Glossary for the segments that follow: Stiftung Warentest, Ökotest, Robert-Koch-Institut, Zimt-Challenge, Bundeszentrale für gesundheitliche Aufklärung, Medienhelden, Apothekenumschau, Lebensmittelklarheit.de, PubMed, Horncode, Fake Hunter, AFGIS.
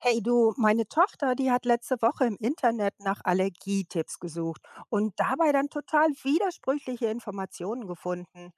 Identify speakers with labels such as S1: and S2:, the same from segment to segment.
S1: Hey du, meine Tochter, die hat letzte Woche im Internet nach Allergietipps gesucht und dabei dann total widersprüchliche Informationen gefunden.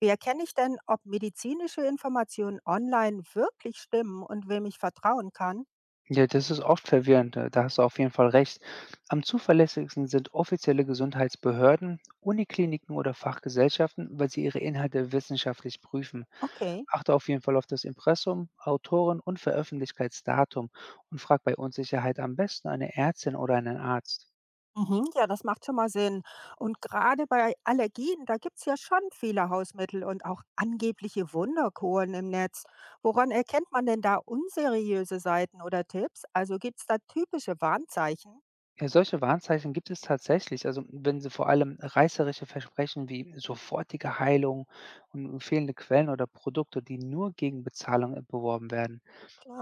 S1: Wie erkenne ich denn, ob medizinische Informationen online wirklich stimmen und wem ich vertrauen kann?
S2: Ja, das ist oft verwirrend, da hast du auf jeden Fall recht. Am zuverlässigsten sind offizielle Gesundheitsbehörden, Unikliniken oder Fachgesellschaften, weil sie ihre Inhalte wissenschaftlich prüfen.
S1: Okay.
S2: Achte auf jeden Fall auf das Impressum, Autoren und Veröffentlichkeitsdatum und frag bei Unsicherheit am besten eine Ärztin oder einen Arzt.
S1: Mhm, ja, das macht schon mal Sinn. Und gerade bei Allergien, da gibt es ja schon viele Hausmittel und auch angebliche Wunderkuren im Netz. Woran erkennt man denn da unseriöse Seiten oder Tipps? Also gibt es da typische Warnzeichen?
S2: Ja, solche Warnzeichen gibt es tatsächlich. Also wenn sie vor allem reißerische Versprechen wie sofortige Heilung und fehlende Quellen oder Produkte, die nur gegen Bezahlung beworben werden.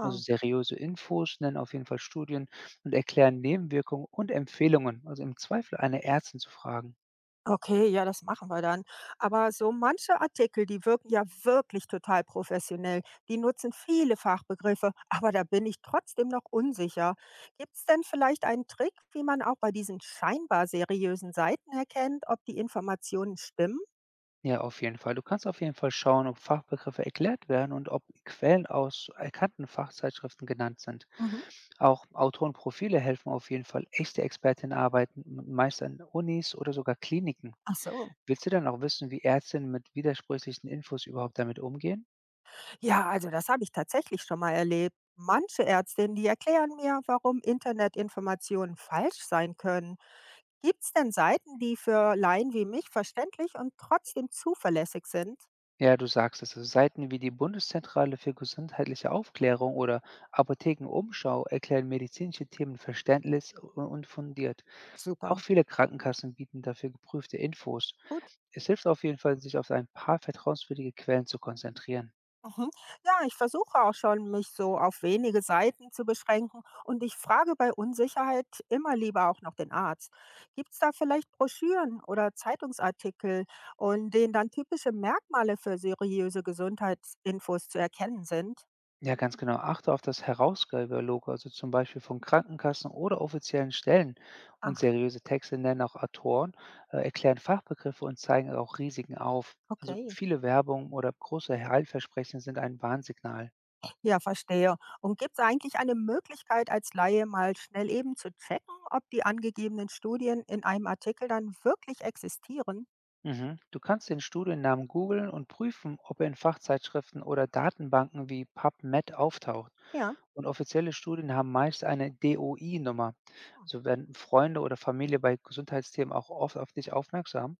S2: Also seriöse Infos, nennen auf jeden Fall Studien und erklären Nebenwirkungen und Empfehlungen. Also im Zweifel eine Ärztin zu fragen.
S1: Okay, ja, das machen wir dann. Aber so manche Artikel, die wirken ja wirklich total professionell. Die nutzen viele Fachbegriffe, aber da bin ich trotzdem noch unsicher. Gibt es denn vielleicht einen Trick, wie man auch bei diesen scheinbar seriösen Seiten erkennt, ob die Informationen stimmen?
S2: Ja, auf jeden Fall. Du kannst auf jeden Fall schauen, ob Fachbegriffe erklärt werden und ob Quellen aus erkannten Fachzeitschriften genannt sind.
S1: Mhm.
S2: Auch Autorenprofile helfen auf jeden Fall. Echte Expertinnen arbeiten meist an Unis oder sogar Kliniken.
S1: Ach so.
S2: Willst du dann auch wissen, wie Ärztinnen mit widersprüchlichen Infos überhaupt damit umgehen?
S1: Ja, also das habe ich tatsächlich schon mal erlebt. Manche Ärztinnen, die erklären mir, warum Internetinformationen falsch sein können. Gibt es denn Seiten, die für Laien wie mich verständlich und trotzdem zuverlässig sind?
S2: Ja, du sagst es. Also Seiten wie die Bundeszentrale für gesundheitliche Aufklärung oder Apothekenumschau erklären medizinische Themen verständlich und fundiert.
S1: Super,
S2: Auch viele Krankenkassen bieten dafür geprüfte Infos.
S1: gut.
S2: Es hilft auf jeden Fall, sich auf ein paar vertrauenswürdige Quellen zu konzentrieren.
S1: Mhm. Ja, ich versuche auch schon, mich so auf wenige Seiten zu beschränken und ich frage bei Unsicherheit immer lieber auch noch den Arzt. Gibt es da vielleicht Broschüren oder Zeitungsartikel, in denen dann typische Merkmale für seriöse Gesundheitsinfos zu erkennen sind?
S2: Ja, ganz genau. Achte auf das Herausgeberlogo, also zum Beispiel von Krankenkassen oder offiziellen Stellen. Und
S1: Ach,
S2: seriöse Texte nennen auch Autoren, erklären Fachbegriffe und zeigen auch Risiken auf. Also
S1: okay.
S2: viele Werbung oder große Heilversprechen sind ein Warnsignal.
S1: Ja, verstehe. Und gibt es eigentlich eine Möglichkeit, als Laie mal schnell eben zu checken, ob die angegebenen Studien in einem Artikel dann wirklich existieren?
S2: Mhm. Du kannst den Studiennamen googeln und prüfen, ob er in Fachzeitschriften oder Datenbanken wie PubMed auftaucht.
S1: Ja.
S2: Und offizielle Studien haben meist eine DOI-Nummer.
S1: Hm.
S2: Also werden Freunde oder Familie bei Gesundheitsthemen auch oft auf dich aufmerksam.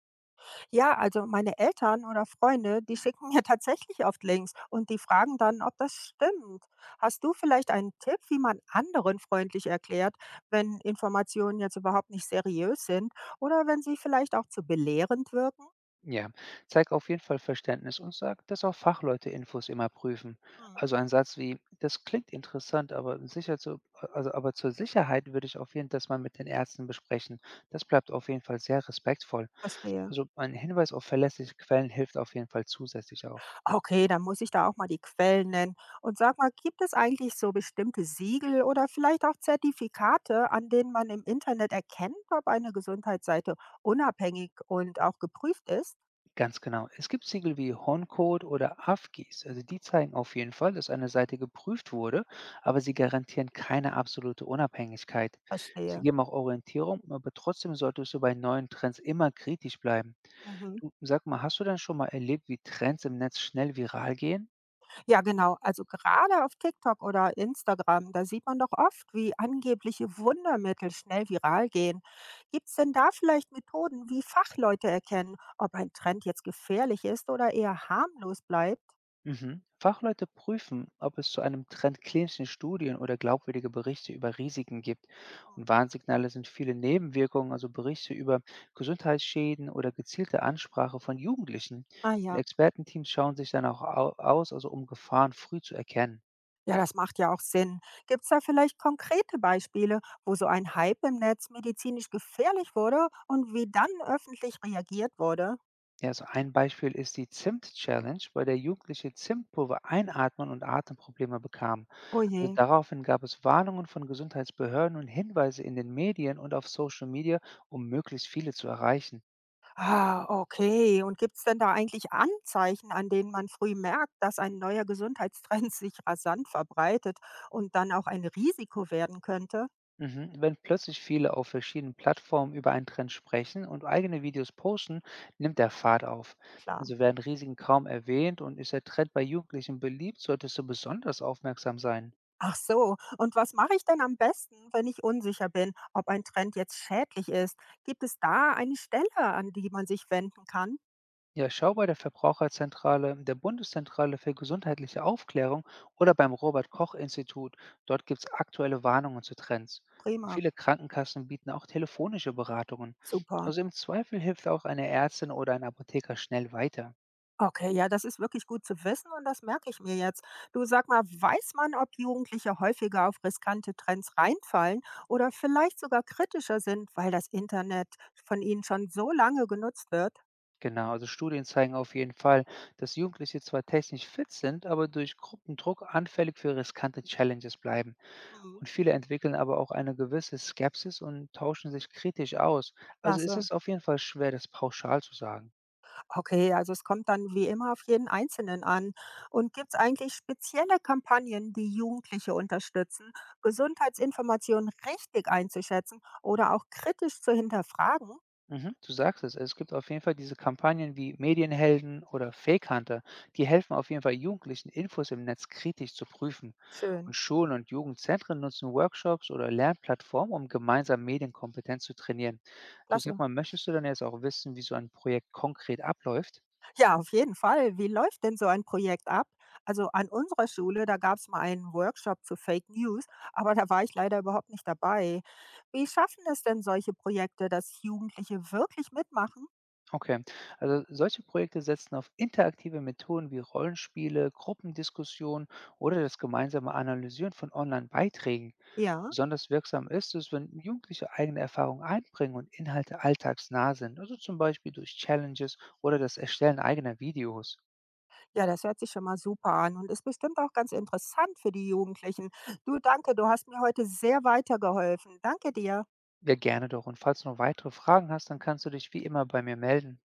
S1: Ja, also meine Eltern oder Freunde, die schicken mir tatsächlich oft Links und die fragen dann, ob das stimmt. Hast du vielleicht einen Tipp, wie man anderen freundlich erklärt, wenn Informationen jetzt überhaupt nicht seriös sind oder wenn sie vielleicht auch zu belehrend wirken?
S2: Ja, zeig auf jeden Fall Verständnis und sag, dass auch Fachleute Infos immer prüfen.
S1: Hm.
S2: Also ein Satz wie, das klingt interessant, aber sicher zu, also aber zur Sicherheit würde ich auf jeden Fall das mal mit den Ärzten besprechen. Das bleibt auf jeden Fall sehr respektvoll.
S1: Verstehe.
S2: Also ein Hinweis auf verlässliche Quellen hilft auf jeden Fall zusätzlich auch.
S1: Okay, dann muss ich da auch mal die Quellen nennen. Und sag mal, gibt es eigentlich so bestimmte Siegel oder vielleicht auch Zertifikate, an denen man im Internet erkennt, ob eine Gesundheitsseite unabhängig und auch geprüft ist?
S2: Ganz genau. Es gibt Siegel wie Horncode oder AFGIS. Also die zeigen auf jeden Fall, dass eine Seite geprüft wurde, aber sie garantieren keine absolute Unabhängigkeit. Sie
S1: Verstehe.
S2: geben auch Orientierung, aber trotzdem solltest du bei neuen Trends immer kritisch bleiben.
S1: Mhm.
S2: Du sag mal, hast du denn schon mal erlebt, wie Trends im Netz schnell viral gehen?
S1: Ja, genau. Also gerade auf TikTok oder Instagram, da sieht man doch oft, wie angebliche Wundermittel schnell viral gehen. Gibt es denn da vielleicht Methoden, wie Fachleute erkennen, ob ein Trend jetzt gefährlich ist oder eher harmlos bleibt?
S2: Mhm. Fachleute prüfen, ob es zu einem Trend klinische Studien oder glaubwürdige Berichte über Risiken gibt. Und Warnsignale sind viele Nebenwirkungen, also Berichte über Gesundheitsschäden oder gezielte Ansprache von Jugendlichen.
S1: Ah
S2: Und
S1: ja.
S2: Expertenteams schauen sich dann auch aus, also um Gefahren früh zu erkennen.
S1: Ja, das macht ja auch Sinn. Gibt es da vielleicht konkrete Beispiele, wo so ein Hype im Netz medizinisch gefährlich wurde und wie dann öffentlich reagiert wurde?
S2: Ja, also ein Beispiel ist die Zimt-Challenge, bei der Jugendliche Zimtpulver einatmen und Atemprobleme bekamen.
S1: Oh
S2: Also,
S1: je.
S2: daraufhin gab es Warnungen von Gesundheitsbehörden und Hinweise in den Medien und auf Social Media, um möglichst viele zu erreichen.
S1: Ah, okay. Und gibt es denn da eigentlich Anzeichen, an denen man früh merkt, dass ein neuer Gesundheitstrend sich rasant verbreitet und dann auch ein Risiko werden könnte?
S2: Mhm. Wenn plötzlich viele auf verschiedenen Plattformen über einen Trend sprechen und eigene Videos posten, nimmt der Fahrt auf.
S1: Klar.
S2: Also werden Risiken kaum erwähnt und ist der Trend bei Jugendlichen beliebt, solltest du besonders aufmerksam sein.
S1: Ach so. Und was mache ich denn am besten, wenn ich unsicher bin, ob ein Trend jetzt schädlich ist? Gibt es da eine Stelle, an die man sich wenden kann?
S2: Ja, schau bei der Verbraucherzentrale, der Bundeszentrale für gesundheitliche Aufklärung oder beim Robert-Koch-Institut. Dort gibt es aktuelle Warnungen zu Trends. Und
S1: Prima.
S2: viele Krankenkassen bieten auch telefonische Beratungen.
S1: Super.
S2: Also im Zweifel hilft auch eine Ärztin oder ein Apotheker schnell weiter.
S1: Okay, ja, das ist wirklich gut zu wissen und das merke ich mir jetzt. Du sag mal, weiß man, ob Jugendliche häufiger auf riskante Trends reinfallen oder vielleicht sogar kritischer sind, weil das Internet von ihnen schon so lange genutzt wird?
S2: Genau, also Studien zeigen auf jeden Fall, dass Jugendliche zwar technisch fit sind, aber durch Gruppendruck anfällig für riskante Challenges bleiben.
S1: Mhm.
S2: Und viele entwickeln aber auch eine gewisse Skepsis und tauschen sich kritisch aus. Also ist
S1: Klasse.
S2: es auf jeden Fall schwer, das pauschal zu sagen.
S1: Okay, also es kommt dann wie immer auf jeden Einzelnen an. Und gibt es eigentlich spezielle Kampagnen, die Jugendliche unterstützen, Gesundheitsinformationen richtig einzuschätzen oder auch kritisch zu hinterfragen?
S2: Mhm, du sagst es, es gibt auf jeden Fall diese Kampagnen wie Medienhelden oder Fake Hunter, die helfen auf jeden Fall Jugendlichen, Infos im Netz kritisch zu prüfen.
S1: Schön.
S2: Und Schulen und Jugendzentren nutzen Workshops oder Lernplattformen, um gemeinsam Medienkompetenz zu trainieren. Du sag
S1: Klasse.
S2: mal, möchtest du dann jetzt auch wissen, wie so ein Projekt konkret abläuft?
S1: Ja, auf jeden Fall. Wie läuft denn so ein Projekt ab? Also an unserer Schule, da gab es mal einen Workshop zu Fake News, aber da war ich leider überhaupt nicht dabei. Wie schaffen es denn solche Projekte, dass Jugendliche wirklich mitmachen?
S2: Okay, also solche Projekte setzen auf interaktive Methoden wie Rollenspiele, Gruppendiskussionen oder das gemeinsame Analysieren von Online-Beiträgen.
S1: Ja,
S2: Besonders wirksam ist es, wenn Jugendliche eigene Erfahrungen einbringen und Inhalte alltagsnah sind, also zum Beispiel durch Challenges oder das Erstellen eigener Videos.
S1: ja, das hört sich schon mal super an und ist bestimmt auch ganz interessant für die Jugendlichen. Du, danke, du hast mir heute sehr weitergeholfen. Danke dir.
S2: Ja, gerne doch. Und falls du noch weitere Fragen hast, dann kannst du dich wie immer bei mir melden.